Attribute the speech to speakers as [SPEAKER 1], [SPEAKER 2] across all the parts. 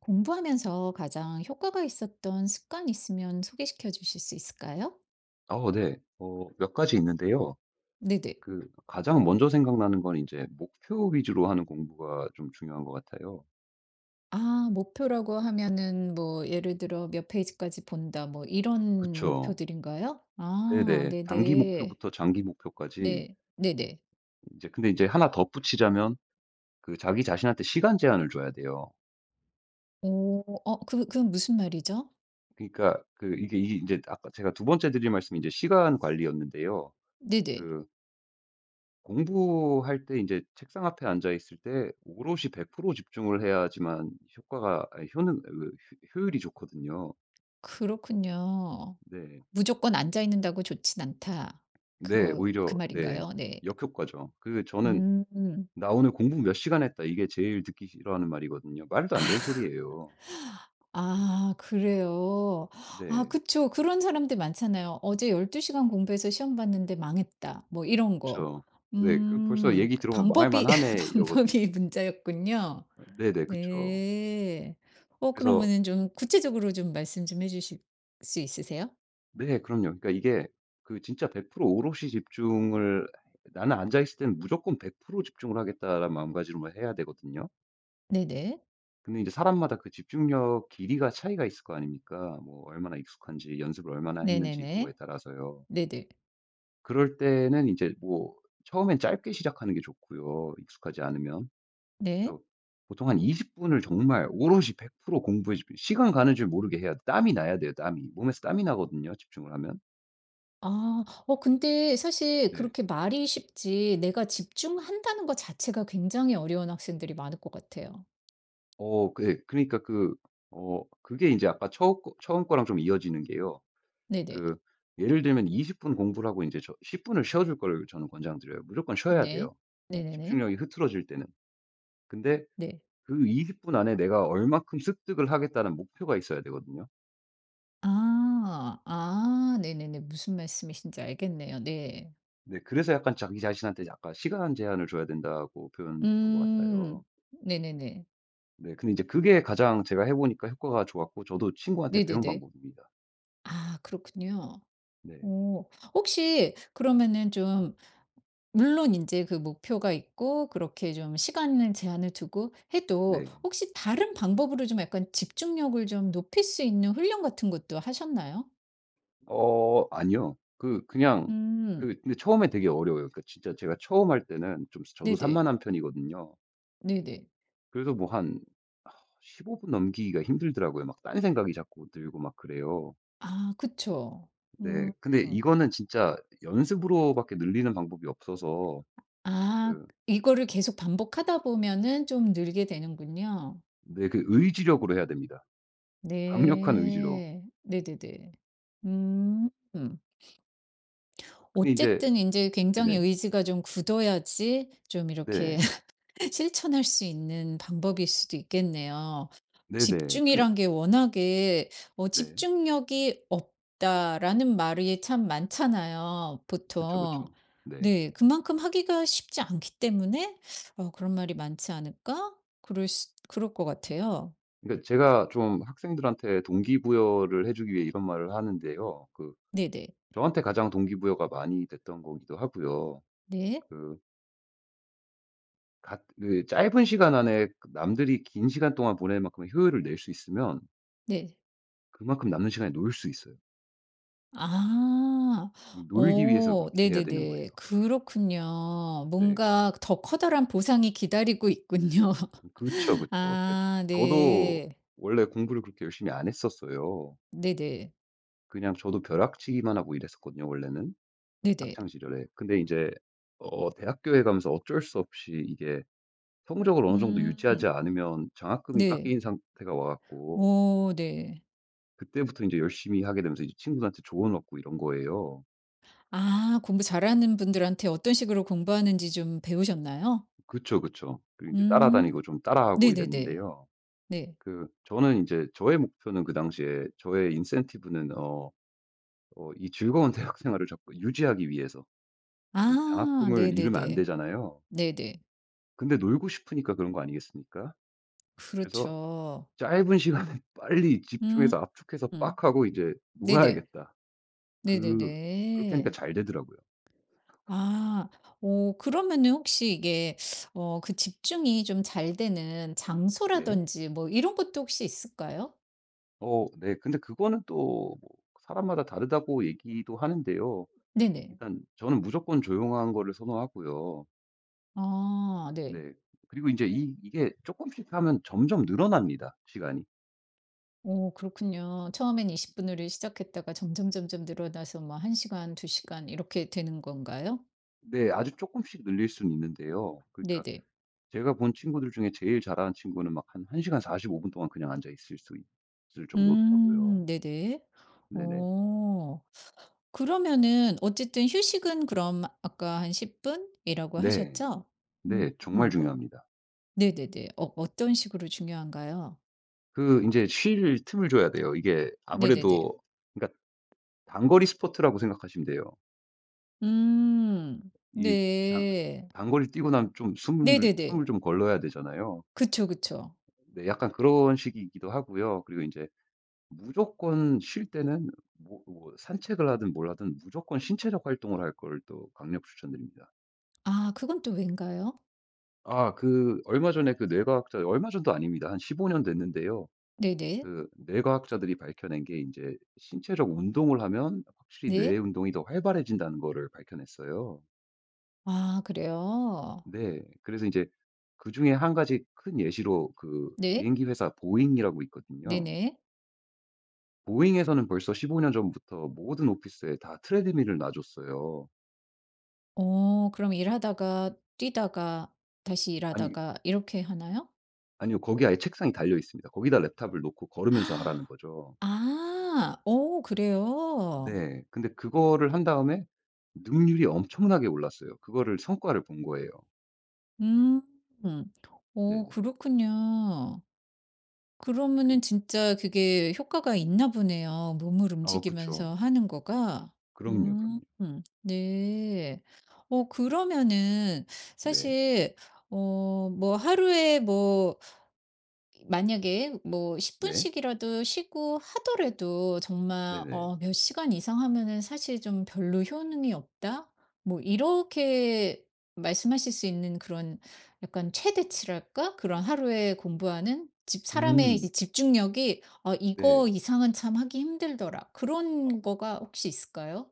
[SPEAKER 1] 공부하면서 가장 효과가 있었던 습관 있으면 소개시켜 주실 수 있을까요?
[SPEAKER 2] 네. 몇 가지 있는데요.
[SPEAKER 1] 네네.
[SPEAKER 2] 그 가장 먼저 생각나는 건 이제 목표 위주로 하는 공부가 좀 중요한 것 같아요.
[SPEAKER 1] 아, 목표라고 하면은 뭐 예를 들어 몇 페이지까지 본다 뭐 이런
[SPEAKER 2] 그쵸.
[SPEAKER 1] 목표들인가요? 아,
[SPEAKER 2] 네네. 단기
[SPEAKER 1] 네네.
[SPEAKER 2] 목표부터 장기 목표까지
[SPEAKER 1] 네, 네네.
[SPEAKER 2] 이제 근데 이제 하나 덧붙이자면 그 자기 자신한테 시간 제한을 줘야 돼요.
[SPEAKER 1] 오, 어, 그 무슨 말이죠?
[SPEAKER 2] 그러니까 그 이게 이제 아까 제가 두 번째 드린 말씀이 이제 시간 관리였는데요.
[SPEAKER 1] 네네.
[SPEAKER 2] 그 공부할 때 이제 책상 앞에 앉아 있을 때 오롯이 100% 집중을 해야지만 효과가 아니 효능 그 효 효율이 좋거든요.
[SPEAKER 1] 그렇군요.
[SPEAKER 2] 네.
[SPEAKER 1] 무조건 앉아 있는다고 좋진 않다.
[SPEAKER 2] 네.
[SPEAKER 1] 그거, 그
[SPEAKER 2] 오히려 네.
[SPEAKER 1] 말인가요? 네.
[SPEAKER 2] 역효과죠. 그 저는
[SPEAKER 1] 음.
[SPEAKER 2] "나 오늘 공부 몇 시간 했다." 이게 제일 듣기 싫어하는 말이거든요. 말도 안 되는 소리예요.
[SPEAKER 1] 아 그래요? 아
[SPEAKER 2] 네.
[SPEAKER 1] 그쵸. 그런 사람들 많잖아요. '어제 12 시간 공부해서 시험 봤는데 망했다.' 뭐 이런 거.
[SPEAKER 2] 그쵸. 네. 그 벌써
[SPEAKER 1] 음.
[SPEAKER 2] 얘기
[SPEAKER 1] 그
[SPEAKER 2] 들어보면 "망할
[SPEAKER 1] 방법이
[SPEAKER 2] 만하네." 이러거든요.
[SPEAKER 1] 방법이 문제였군요.
[SPEAKER 2] 아 네네. 그쵸.
[SPEAKER 1] 네. 어
[SPEAKER 2] 그래서
[SPEAKER 1] 그러면은 좀 구체적으로 좀 말씀 좀 해 주실 수 있으세요?
[SPEAKER 2] 네. 그럼요. 그러니까 이게 그 진짜 100% 오롯이 집중을 '나는 앉아있을 때는 무조건 100% 집중을 하겠다.'라는 마음가짐을 해야 되거든요.
[SPEAKER 1] 네네.
[SPEAKER 2] 근데 이제 사람마다 그 집중력 길이가 차이가 있을 거 아닙니까? 뭐 얼마나 익숙한지 연습을 얼마나 했는지 그거에
[SPEAKER 1] 네네네.
[SPEAKER 2] 따라서요.
[SPEAKER 1] 네네.
[SPEAKER 2] 그럴 때는 이제 뭐 처음엔 짧게 시작하는 게 좋고요, 익숙하지 않으면.
[SPEAKER 1] 네.
[SPEAKER 2] 그래서 보통 한 20분 분을 정말 오롯이 100% 공부해 집중 시간 가는 줄 모르게 해야 땀이 나야 돼요, 땀이. 몸에서 땀이 나거든요, 집중을 하면.
[SPEAKER 1] 아. 어 근데 사실
[SPEAKER 2] 네.
[SPEAKER 1] 그렇게 말이 쉽지 내가 집중한다는 것 자체가 굉장히 어려운 학생들이 많을 것 같아요.
[SPEAKER 2] 그 예. 그러니까 그 그게 이제 아까 처음 거랑 좀 이어지는 게요.
[SPEAKER 1] 네네.
[SPEAKER 2] 그 예를 들면 20분 공부를 하고 이제저 10분 분을 쉬어 줄 걸 저는 권장드려요. 무조건 쉬어야
[SPEAKER 1] 네.
[SPEAKER 2] 돼요,
[SPEAKER 1] 네네네.
[SPEAKER 2] 집중력이 흐트러질 때는. 근데
[SPEAKER 1] 네.
[SPEAKER 2] 그 20분 안에 내가 얼마큼 습득을 하겠다는 목표가 있어야 되거든요.
[SPEAKER 1] 아. 아 네네네. 무슨 말씀이신지 알겠네요. 네.
[SPEAKER 2] 네. 그래서 약간 자기 자신한테 약간 시간 제한을 줘야 된다고 표현한 것
[SPEAKER 1] 음.
[SPEAKER 2] 같아요.
[SPEAKER 1] 네네네.
[SPEAKER 2] 네. 근데 이제 그게 가장 제가 해 보니까 효과가 좋았고 저도 친구한테 배운
[SPEAKER 1] 네네네.
[SPEAKER 2] 방법입니다.
[SPEAKER 1] 아 그렇군요.
[SPEAKER 2] 네.
[SPEAKER 1] 오, 혹시 그러면은 좀 물론 이제 그 목표가 있고 그렇게 좀 시간을 제한을 두고 해도
[SPEAKER 2] 네.
[SPEAKER 1] 혹시 다른 방법으로 좀 약간 집중력을 좀 높일 수 있는 훈련 같은 것도 하셨나요?
[SPEAKER 2] 아니요. 그냥
[SPEAKER 1] 음.
[SPEAKER 2] 그 근데 처음에 되게 어려워요. 그러니까 진짜 제가 처음 할 때는 좀 저도
[SPEAKER 1] 네네.
[SPEAKER 2] 산만한 편이거든요.
[SPEAKER 1] 네네.
[SPEAKER 2] 그래서 뭐 한 15분 넘기기가 힘들더라고요. 막 딴 생각이 자꾸 들고 막 그래요.
[SPEAKER 1] 아 그쵸.
[SPEAKER 2] 네.
[SPEAKER 1] 음.
[SPEAKER 2] 근데 이거는 진짜 연습으로 밖에 늘리는 방법이 없어서
[SPEAKER 1] 아
[SPEAKER 2] 그
[SPEAKER 1] 이거를 계속 반복하다 보면은 좀 늘게 되는군요.
[SPEAKER 2] 네 그 의지력으로 해야 됩니다. 강력한 의지로.
[SPEAKER 1] 네. 네네네. 음.
[SPEAKER 2] 근데 이제
[SPEAKER 1] 어쨌든 이제 굉장히
[SPEAKER 2] 네네.
[SPEAKER 1] 의지가 좀 굳어야지 좀 이렇게
[SPEAKER 2] 네.
[SPEAKER 1] 실천할 수 있는 방법일 수도 있겠네요.
[SPEAKER 2] 네네. 근데
[SPEAKER 1] 집중이란 게 워낙에 어
[SPEAKER 2] 네.
[SPEAKER 1] 집중력이 없다라는 말이 참 많잖아요,
[SPEAKER 2] 그쵸,
[SPEAKER 1] 보통.
[SPEAKER 2] 그쵸. 네.
[SPEAKER 1] 네. 그만큼 하기가 쉽지 않기 때문에 어 그런 말이 많지 않을까? 그럴 수 그럴 것 같아요.
[SPEAKER 2] 그러니까 제가 좀 학생들한테 동기부여를 해 주기 위해 이런 말을 하는데요. 그
[SPEAKER 1] 네네.
[SPEAKER 2] 저한테 가장 동기부여가 많이 됐던 거기도 하고요.
[SPEAKER 1] 네.
[SPEAKER 2] 그 같 그 짧은 시간 안에 그 남들이 긴 시간 동안 보낼 만큼의 효율을 낼 수 있으면
[SPEAKER 1] 네.
[SPEAKER 2] 그만큼 남는 시간에 놀 수 있어요.
[SPEAKER 1] 아.
[SPEAKER 2] 이 놀기 위해서
[SPEAKER 1] 오
[SPEAKER 2] 그렇게 해야 되는 거예요.
[SPEAKER 1] 네네네. 그렇군요.
[SPEAKER 2] 네.
[SPEAKER 1] 뭔가 더 커다란 보상이 기다리고 있군요.
[SPEAKER 2] 그쵸, 그쵸. 그러니까
[SPEAKER 1] 아
[SPEAKER 2] 저도
[SPEAKER 1] 네.
[SPEAKER 2] 원래 공부를 그렇게 열심히 안 했었어요.
[SPEAKER 1] 네네.
[SPEAKER 2] 그냥 저도 벼락치기만 하고 이랬었거든요 원래는
[SPEAKER 1] 네네.
[SPEAKER 2] 학창 시절에. 근데 이제 대학교에 가면서 어쩔 수 없이 이게 성적을 어느 정도 유지하지
[SPEAKER 1] 음
[SPEAKER 2] 않으면 장학금이
[SPEAKER 1] 네.
[SPEAKER 2] 깎인 상태가 와 갖고
[SPEAKER 1] 오 네.
[SPEAKER 2] 그때부터 인제 열심히 하게 되면서 이제 친구들한테 조언 얻고 이런 거예요.
[SPEAKER 1] 아 공부 잘하는 분들한테 어떤 식으로 공부하는지 좀 배우셨나요?
[SPEAKER 2] 그쵸, 그쵸. 그리고 인제
[SPEAKER 1] 음
[SPEAKER 2] 따라다니고 좀 따라하고
[SPEAKER 1] 네네네.
[SPEAKER 2] 이랬는데요.
[SPEAKER 1] 네.
[SPEAKER 2] 그 저는 인제 저의 목표는 그 당시에 저의 인센티브는 이 즐거운 대학 생활을 자꾸 유지하기 위해서 이
[SPEAKER 1] 아
[SPEAKER 2] 장학금을 잃으면 안
[SPEAKER 1] 네네네.
[SPEAKER 2] 되잖아요.
[SPEAKER 1] 네네.
[SPEAKER 2] 근데 놀고 싶으니까 그런 거 아니겠습니까? 그래서
[SPEAKER 1] 그렇죠.
[SPEAKER 2] '짧은 시간에 빨리
[SPEAKER 1] 음
[SPEAKER 2] 집중해서 압축해서
[SPEAKER 1] 음.
[SPEAKER 2] 빡 하고 이제
[SPEAKER 1] 네네.
[SPEAKER 2] 놀아야겠다.' 그 그렇게 하니까
[SPEAKER 1] 네네네.
[SPEAKER 2] 잘 되더라고요.
[SPEAKER 1] 아 오 그러면은 혹시 이게 어 그 집중이 좀 잘 되는
[SPEAKER 2] 네.
[SPEAKER 1] 장소라든지 뭐 이런 것도 혹시 있을까요?
[SPEAKER 2] 네. 근데 그거는 또뭐 사람마다 다르다고 얘기도 하는데요.
[SPEAKER 1] 네네.
[SPEAKER 2] 일단 저는 무조건 조용한 거를 선호하고요.
[SPEAKER 1] 아 네.
[SPEAKER 2] 네. 그리고 이제 이 이게 조금씩 하면 점점 늘어납니다, 시간이.
[SPEAKER 1] 오 그렇군요. 처음엔 20 분으로 시작했다가 점점점점 늘어나서 뭐 1 시간, 2 시간 이렇게 되는 건가요?
[SPEAKER 2] 네. 아주 조금씩 늘릴 수는 있는데요. 그러니까
[SPEAKER 1] 네네.
[SPEAKER 2] 제가 본 친구들 중에 제일 잘하는 친구는 막 한 1시간 시간 45분 동안 그냥 앉아 있을 수 있을 정도더라고요.
[SPEAKER 1] 네네.
[SPEAKER 2] 네네.
[SPEAKER 1] 오 그러면은 어쨌든 휴식은 그럼 아까 한 10 분이라고
[SPEAKER 2] 네.
[SPEAKER 1] 하셨죠? 음
[SPEAKER 2] 네. 정말
[SPEAKER 1] 음.
[SPEAKER 2] 중요합니다.
[SPEAKER 1] 네네네. 어 어떤 식으로 중요한가요?
[SPEAKER 2] 그 인제 쉴 틈을 줘야 돼요. 이게
[SPEAKER 1] 네네네.
[SPEAKER 2] 아무래도 그러니까 단거리 스포츠라고 생각하시면 돼요.
[SPEAKER 1] 음.
[SPEAKER 2] 이 단
[SPEAKER 1] 네.
[SPEAKER 2] 단거리를 뛰고 나면 좀 숨을
[SPEAKER 1] 네네네.
[SPEAKER 2] 숨을 좀 걸러야 되잖아요.
[SPEAKER 1] 그쵸, 그쵸.
[SPEAKER 2] 네 약간 그런 식이기도 하고요. 그리고 인제 무조건 쉴 때는 뭐 산책을 하든 뭘 하든 무조건 신체적 활동을 할 걸 또 강력 추천드립니다.
[SPEAKER 1] 아 그건 또 왠가요?
[SPEAKER 2] 아 그 얼마 전에 그 뇌과학자 얼마 전도 아닙니다. 한 15년 됐는데요.
[SPEAKER 1] 네네.
[SPEAKER 2] 그 뇌과학자들이 밝혀낸 게 이제 신체적 운동을 하면 확실히 뇌의
[SPEAKER 1] 네.
[SPEAKER 2] 운동이 더 활발해진다는 거를 밝혀냈어요.
[SPEAKER 1] 아 그래요?
[SPEAKER 2] 네. 그래서 이제 그중에 한 가지 큰 예시로 그
[SPEAKER 1] 네.
[SPEAKER 2] 비행기 회사 보잉이라고 있거든요.
[SPEAKER 1] 네네.
[SPEAKER 2] 보잉에서는 벌써 15년 전부터 모든 오피스에 다 트레드밀을 놔 줬어요.
[SPEAKER 1] 어 그럼 일하다가 뛰다가 다시
[SPEAKER 2] 아니
[SPEAKER 1] 일하다가 이렇게 하나요?
[SPEAKER 2] 아니요. 거기 아예 책상이 달려 있습니다. 거기다 랩탑을 놓고 걸으면서 하라는
[SPEAKER 1] 아.
[SPEAKER 2] 거죠.
[SPEAKER 1] 아, 오 그래요?
[SPEAKER 2] 네. 근데 그거를 한 다음에 능률이 엄청나게 올랐어요. 그거를 성과를 본 거예요.
[SPEAKER 1] 음. 음. 오
[SPEAKER 2] 네네.
[SPEAKER 1] 그렇군요. 그러면은 진짜 그게 효과가 있나 보네요. 몸을
[SPEAKER 2] 그쵸.
[SPEAKER 1] 움직이면서 하는 거가.
[SPEAKER 2] 그럼요,
[SPEAKER 1] 음.
[SPEAKER 2] 그럼요.
[SPEAKER 1] 음. 네. 어 그러면은
[SPEAKER 2] 네.
[SPEAKER 1] 사실 어 뭐 하루에 뭐 만약에 뭐
[SPEAKER 2] 네.
[SPEAKER 1] 10분씩이라도 쉬고 하더라도 정말
[SPEAKER 2] 네네.
[SPEAKER 1] 어 몇 시간 이상 하면은 사실 좀 별로 효능이 없다? 뭐 이렇게 말씀하실 수 있는 그런 약간 최대치랄까? 그런 하루에 공부하는 집 사람의
[SPEAKER 2] 음.
[SPEAKER 1] 이제 집중력이 어,
[SPEAKER 2] 네.
[SPEAKER 1] 이거 이상은 참 하기 힘들더라. 그런 거가 혹시 있을까요?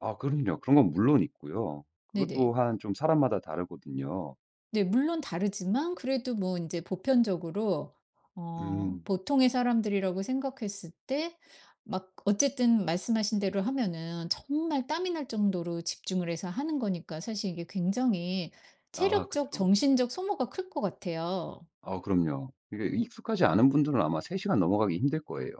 [SPEAKER 2] 아 그럼요. 그런 건 물론 있고요. 그것
[SPEAKER 1] 네네.
[SPEAKER 2] 또한 좀 사람마다 다르거든요.
[SPEAKER 1] 네. 물론 다르지만 그래도 뭐 이제 보편적으로 어
[SPEAKER 2] 음.
[SPEAKER 1] 보통의 사람들이라고 생각했을 때 막 어쨌든 말씀하신 대로 하면은 정말 땀이 날 정도로 집중을 해서 하는 거니까 사실 이게 굉장히
[SPEAKER 2] 아
[SPEAKER 1] 체력적,
[SPEAKER 2] 그쵸.
[SPEAKER 1] 정신적 소모가 클 것 같아요.
[SPEAKER 2] 아 그럼요. 이게 익숙하지 않은 분들은 아마 3시간 시간 넘어가기 힘들 거예요.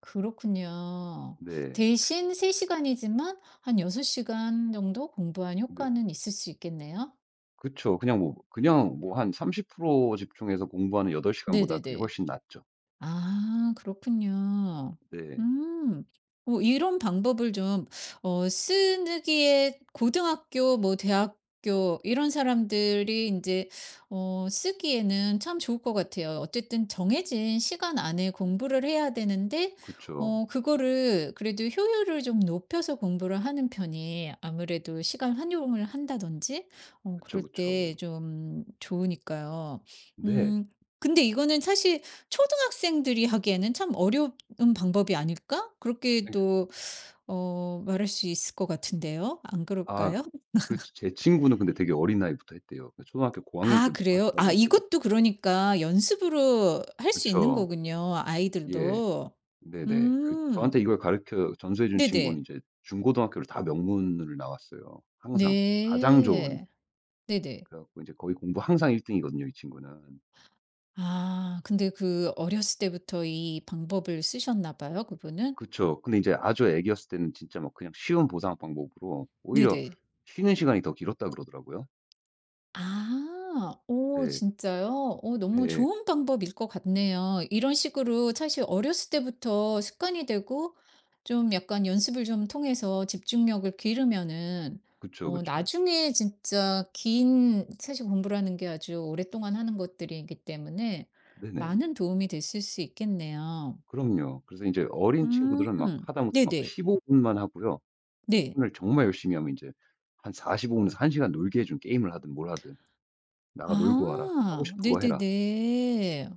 [SPEAKER 1] 그렇군요.
[SPEAKER 2] 네.
[SPEAKER 1] 대신 3 시간이지만 한 6 시간 정도 공부한
[SPEAKER 2] 네.
[SPEAKER 1] 효과는 있을 수 있겠네요.
[SPEAKER 2] 그쵸. 그냥 뭐 한 30% 집중해서 공부하는 8시간 시간보다 그게
[SPEAKER 1] 네네네.
[SPEAKER 2] 훨씬 낫죠.
[SPEAKER 1] 아 그렇군요.
[SPEAKER 2] 네.
[SPEAKER 1] 음. 어 이런 방법을 좀 어 쓰기에 고등학교 뭐 대학교 이런 사람들이 이제 어 쓰기에는 참 좋을 것 같아요. 어쨌든 정해진 시간 안에 공부를 해야 되는데
[SPEAKER 2] 그쵸.
[SPEAKER 1] 어 그거를 그래도 효율을 좀 높여서 공부를 하는 편이 아무래도 시간 활용을 한다든지 어
[SPEAKER 2] 그쵸,
[SPEAKER 1] 그럴
[SPEAKER 2] 그쵸.
[SPEAKER 1] 때 좀 좋으니까요.
[SPEAKER 2] 네.
[SPEAKER 1] 음 근데 이거는 사실 초등학생들이 하기에는 참 어려운 방법이 아닐까? 그렇게
[SPEAKER 2] 그
[SPEAKER 1] 또 어 말할 수 있을 것 같은데요. 안
[SPEAKER 2] 아
[SPEAKER 1] 그럴까요?
[SPEAKER 2] 그 제 친구는 근데 되게 어린 나이부터 했대요. 초등학교 고학년
[SPEAKER 1] 아
[SPEAKER 2] 때부터
[SPEAKER 1] 그래요?
[SPEAKER 2] 했다고
[SPEAKER 1] 아
[SPEAKER 2] 요
[SPEAKER 1] 이것도 그러니까 연습으로 할 수 있는
[SPEAKER 2] 그쵸.
[SPEAKER 1] 거군요,
[SPEAKER 2] 예.
[SPEAKER 1] 아이들도.
[SPEAKER 2] 네네. 그
[SPEAKER 1] 음.
[SPEAKER 2] 저한테 이걸 가르쳐 전수해 준 친구는
[SPEAKER 1] 네네.
[SPEAKER 2] 이제 중고등학교를 다 명문을 나왔어요. 항상. 가장 좋은.
[SPEAKER 1] 네. 네네.
[SPEAKER 2] 그래 갖고 이제 거의 공부 항상 1등 등이거든요, 이 친구는.
[SPEAKER 1] 아 근데 그 어렸을 때부터 이 방법을 쓰셨나 봐요, 그분은?
[SPEAKER 2] 그쵸. 근데 이제 아주 애기였을 때는 진짜 막 그냥 쉬운 보상 방법으로 오히려
[SPEAKER 1] 네네.
[SPEAKER 2] 쉬는 시간이 더 길었다 그러더라고요.
[SPEAKER 1] 아. 오
[SPEAKER 2] 네.
[SPEAKER 1] 진짜요? 오 너무
[SPEAKER 2] 예
[SPEAKER 1] 좋은 방법일 것 같네요. 이런 식으로 사실 어렸을 때부터 습관이 되고 좀 약간 연습을 좀 통해서 집중력을 기르면은
[SPEAKER 2] 그쵸,
[SPEAKER 1] 어
[SPEAKER 2] 그쵸.
[SPEAKER 1] 나중에 진짜 긴 사실 공부라는 게 아주 오랫동안 하는 것들이기 때문에
[SPEAKER 2] 네네.
[SPEAKER 1] 많은 도움이 됐을 수 있겠네요.
[SPEAKER 2] 그럼요. 그래서 인제 어린
[SPEAKER 1] 음.
[SPEAKER 2] 친구들은 막 하다못해 막
[SPEAKER 1] 네네.
[SPEAKER 2] 15 분만 하고요.
[SPEAKER 1] 네.
[SPEAKER 2] 오늘 정말 열심히 하면 인제 한 45 분에서 1 시간 놀게 해준 게임을 하든 뭘 하든. "나가 놀고 와라. 하고
[SPEAKER 1] 아.
[SPEAKER 2] 싶은 거 해라.
[SPEAKER 1] 네네네.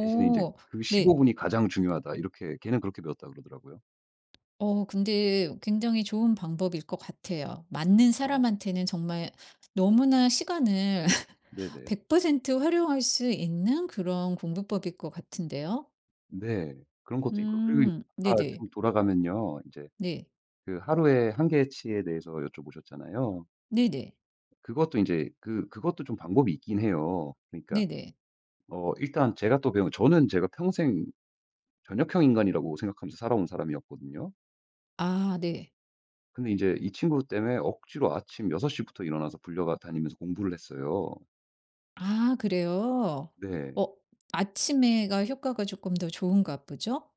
[SPEAKER 2] 대신에 인제 그 15
[SPEAKER 1] 네.
[SPEAKER 2] 분이 가장 중요하다." 이렇게 걔는 그렇게 배웠다 그러더라고요.
[SPEAKER 1] 어 근데 굉장히 좋은 방법일 것 같아요. 맞는
[SPEAKER 2] 아.
[SPEAKER 1] 사람한테는 정말 너무나 시간을
[SPEAKER 2] 네네.
[SPEAKER 1] 100% 활용할 수 있는 그런 공부법일 것 같은데요.
[SPEAKER 2] 네. 그런 것도 있고요. 그리고 이제 아까
[SPEAKER 1] 네네.
[SPEAKER 2] 좀 돌아가면요. 인제
[SPEAKER 1] 네.
[SPEAKER 2] 그 하루의 한계치에 대해서 여쭤보셨잖아요.
[SPEAKER 1] 네네.
[SPEAKER 2] 그것도 인제 그것도 좀 방법이 있긴 해요. 그러니까
[SPEAKER 1] 네네.
[SPEAKER 2] 일단 제가 또 배운 저는 제가 평생 저녁형 인간이라고 생각하면서 살아온 사람이었거든요.
[SPEAKER 1] 아 네.
[SPEAKER 2] 근데 인제 이 친구 때문에 억지로 아침 6시부터 시부터 일어나서 불려가 다니면서 공부를 했어요.
[SPEAKER 1] 아 그래요?
[SPEAKER 2] 네.
[SPEAKER 1] 어 아침에가 효과가 조금 더 좋은가 보죠?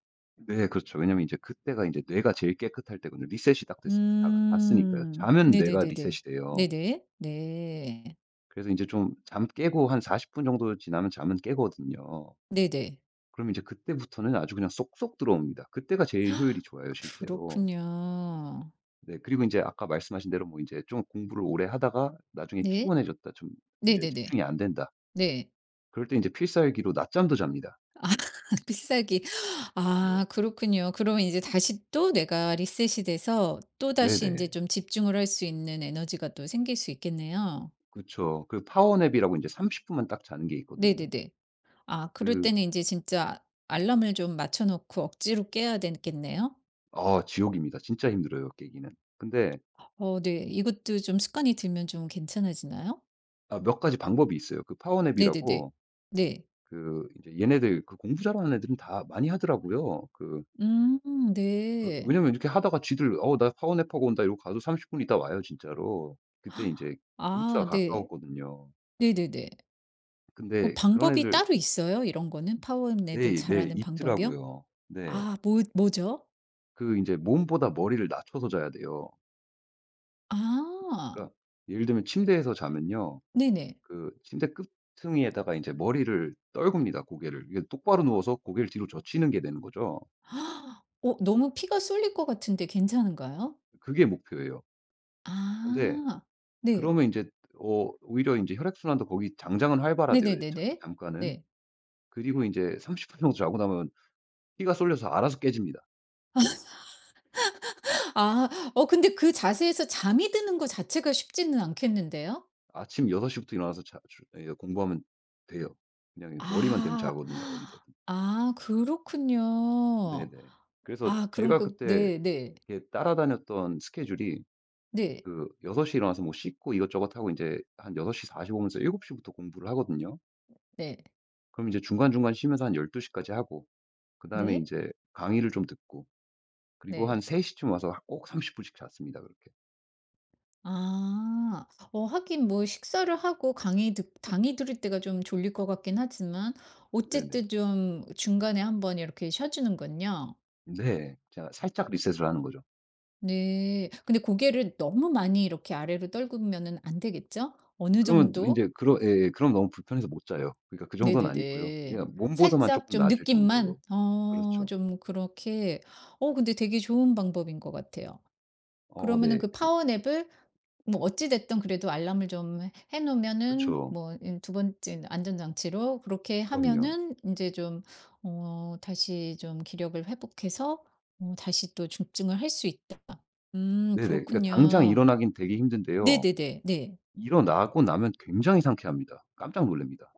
[SPEAKER 2] 네 그렇죠. 왜냐면 이제 그때가 이제 뇌가 제일 깨끗할 때거든요. 리셋이 딱 됐으니까 자 잤으니까요.
[SPEAKER 1] 음.
[SPEAKER 2] 자면 뇌가
[SPEAKER 1] 네네네네.
[SPEAKER 2] 리셋이 돼요.
[SPEAKER 1] 네네. 네.
[SPEAKER 2] 그래서 이제 좀 잠 깨고 한 40분 정도 지나면 잠은 깨거든요.
[SPEAKER 1] 네네.
[SPEAKER 2] 그럼 이제 그때부터는 아주 그냥 쏙쏙 들어옵니다. 그때가 제일 효율이 좋아요 실제로.
[SPEAKER 1] 그렇군요.
[SPEAKER 2] 네 그리고 이제 아까 말씀하신 대로 뭐 이제 좀 공부를 오래 하다가 나중에
[SPEAKER 1] 네.
[SPEAKER 2] 피곤해졌다. 좀 이제
[SPEAKER 1] 네네네.
[SPEAKER 2] 집중이 안 된다.
[SPEAKER 1] 네.
[SPEAKER 2] 그럴 때 이제 필살기로 낮잠도 잡니다.
[SPEAKER 1] 필살기.
[SPEAKER 2] 네.
[SPEAKER 1] 아 그렇군요. 그러면 이제 다시 또 내가 리셋이 돼서 또다시 이제
[SPEAKER 2] 네네.
[SPEAKER 1] 좀 집중을 할 수 있는 에너지가 또 생길 수 있겠네요.
[SPEAKER 2] 그쵸. 그 파워 냅이라고 이제30 분만 딱 자는 게 있거든요.
[SPEAKER 1] 네네네. 아 그럴
[SPEAKER 2] 그
[SPEAKER 1] 때는 이제 진짜 알람을 좀 맞춰 놓고 억지로 깨야 되겠네요.
[SPEAKER 2] 아 지옥입니다. 진짜 힘들어요 깨기는. 근데
[SPEAKER 1] 어 네. 이것도 좀 습관이 들면 좀 괜찮아지나요?
[SPEAKER 2] 아 몇 가지 방법이 있어요. 그 파워
[SPEAKER 1] 네네네.
[SPEAKER 2] 냅이라고
[SPEAKER 1] 네.
[SPEAKER 2] 그 이제 얘네들 그 공부 잘하는 애들은 다 많이 하더라고요. 그
[SPEAKER 1] 음 네.
[SPEAKER 2] 왜냐면 이렇게 하다가 쥐들 "어 나 파워 냅하고 온다." 이러고 가도 30분 있다 와요 진짜로. 그때 이제 기숙사가
[SPEAKER 1] 아 네.
[SPEAKER 2] 가까웠거든요.
[SPEAKER 1] 네네네. 어
[SPEAKER 2] 근데 그런
[SPEAKER 1] 방법이
[SPEAKER 2] 애들
[SPEAKER 1] 따로 있어요? 이런 거는? 파워 냅을
[SPEAKER 2] 네 네
[SPEAKER 1] 잘하는 방법이요?
[SPEAKER 2] 있더라고요. 네.
[SPEAKER 1] 아 뭐죠?
[SPEAKER 2] 그 이제 몸보다 머리를 낮춰서 자야 돼요.
[SPEAKER 1] 아.
[SPEAKER 2] 그러니까 예를 들면 침대에서 자면요.
[SPEAKER 1] 네네.
[SPEAKER 2] 그 침대 끝퉁이에다가 이제 머리를 떨굽니다 고개를. 이게 똑바로 누워서 고개를 뒤로 젖히는 게 되는 거죠.
[SPEAKER 1] 어 너무 피가 쏠릴 것 같은데 괜찮은가요?
[SPEAKER 2] 그게 목표예요. 근데
[SPEAKER 1] 아. 네.
[SPEAKER 2] 그러면 이제 오히려 인제 혈액순환도 거기 당장은 활발하대요 잠
[SPEAKER 1] 네네네네.
[SPEAKER 2] 잠깐은.
[SPEAKER 1] 네.
[SPEAKER 2] 그리고 인제 30분 정도 자고 나면 피가 쏠려서 알아서 깨집니다.
[SPEAKER 1] 아 어 근데 그 자세에서 잠이 드는 거 자체가 쉽지는 않겠는데요?
[SPEAKER 2] 아침 6시부터 부터 일어나서 자 주 예 공부하면 돼요. 그냥 머리만 대면
[SPEAKER 1] 아.
[SPEAKER 2] 자거든요 어디서든.
[SPEAKER 1] 아 그렇군요.
[SPEAKER 2] 네네. 그래서
[SPEAKER 1] 아 그럼
[SPEAKER 2] 제가
[SPEAKER 1] 그
[SPEAKER 2] 그때
[SPEAKER 1] 네네. 네.
[SPEAKER 2] 이렇게 따라다녔던 스케줄이
[SPEAKER 1] 네.
[SPEAKER 2] 그 6 시에 일어나서 뭐 씻고 이것저것 하고 인제 한 6 4오 분에서 7 시부터 공부를 하거든요.
[SPEAKER 1] 네.
[SPEAKER 2] 그럼 이제 중간중간 쉬면서 한 12 시까지 하고 그다음에
[SPEAKER 1] 네.
[SPEAKER 2] 인제 강의를 좀 듣고 그리고
[SPEAKER 1] 네.
[SPEAKER 2] 한 3 시쯤 와서 꼭 30 분씩 잤습니다 그렇게.
[SPEAKER 1] 아. 어 하긴 뭐 식사를 하고 강의 들을 때가 좀 졸릴 것 같긴 하지만
[SPEAKER 2] 네네.
[SPEAKER 1] 어쨌든 좀 중간에 한번 이렇게 쉬어 주는군요.
[SPEAKER 2] 네. 제가 살짝 리셋을 하는 거죠.
[SPEAKER 1] 네. 근데 고개를 너무 많이 이렇게 아래로 떨구면은 안 되겠죠? 어느
[SPEAKER 2] 그러면 또
[SPEAKER 1] 정도?
[SPEAKER 2] 인제 그러 예예. 그럼 너무 불편해서 못 자요. 그러니까 그 정도는 아니고요.
[SPEAKER 1] 네네네.
[SPEAKER 2] 그냥 몸보다만
[SPEAKER 1] 살짝
[SPEAKER 2] 쪼끔
[SPEAKER 1] 좀
[SPEAKER 2] 나아질
[SPEAKER 1] 느낌만?
[SPEAKER 2] 정도로.
[SPEAKER 1] 어
[SPEAKER 2] 그렇죠.
[SPEAKER 1] 좀 그렇게 어 근데 되게 좋은 방법인 것 같아요. 그러면은
[SPEAKER 2] 네.
[SPEAKER 1] 그
[SPEAKER 2] 그
[SPEAKER 1] 파워냅을 뭐 어찌 됐든 그래도 알람을 좀 해 놓으면은
[SPEAKER 2] 그쵸.
[SPEAKER 1] 뭐 인 두 번째 안전장치로 그렇게
[SPEAKER 2] 그럼요.
[SPEAKER 1] 하면은 인제 좀 어 다시 좀 기력을 회복해서 어 다시 또 중증을 할 수 있다.
[SPEAKER 2] 네네. 그러니까 당장
[SPEAKER 1] 그렇군요.
[SPEAKER 2] 일어나긴 되게 힘든데요.
[SPEAKER 1] 네네네. 네.
[SPEAKER 2] 일어나고 나면 굉장히 상쾌합니다. 깜짝 놀랍니다.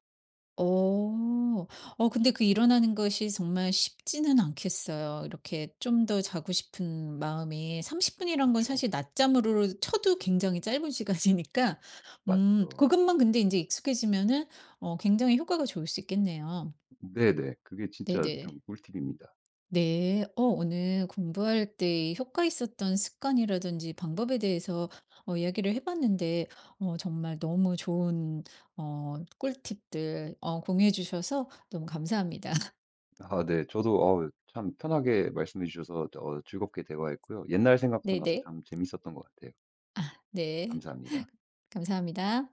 [SPEAKER 1] 어. 어 근데 그 일어나는 것이 정말 쉽지는 않겠어요. 이렇게 좀 더 자고 싶은 마음이 30 분이란 건
[SPEAKER 2] 그쵸.
[SPEAKER 1] 사실 낮잠으로 쳐도 굉장히 짧은 시간이니까
[SPEAKER 2] 맞죠.
[SPEAKER 1] 그것만 근데 이제 익숙해지면은 어 굉장히 효과가 좋을 수 있겠네요.
[SPEAKER 2] 네네. 그게 진짜
[SPEAKER 1] 네네.
[SPEAKER 2] 좀 꿀팁입니다.
[SPEAKER 1] 네. 어 오늘 공부할 때 효과 있었던 습관이라든지 방법에 대해서 어 이야기를 해 봤는데 어 정말 너무 좋은 어 꿀팁들 어 공유해 주셔서 너무 감사합니다.
[SPEAKER 2] 아 네. 저도 어우 참 편하게 말씀해 주셔서 즐겁게 대화했고요. 옛날 생각도 나서
[SPEAKER 1] 네네.
[SPEAKER 2] 참 재밌었던 것 같아요.
[SPEAKER 1] 네.
[SPEAKER 2] 감사합니다.
[SPEAKER 1] 감사합니다.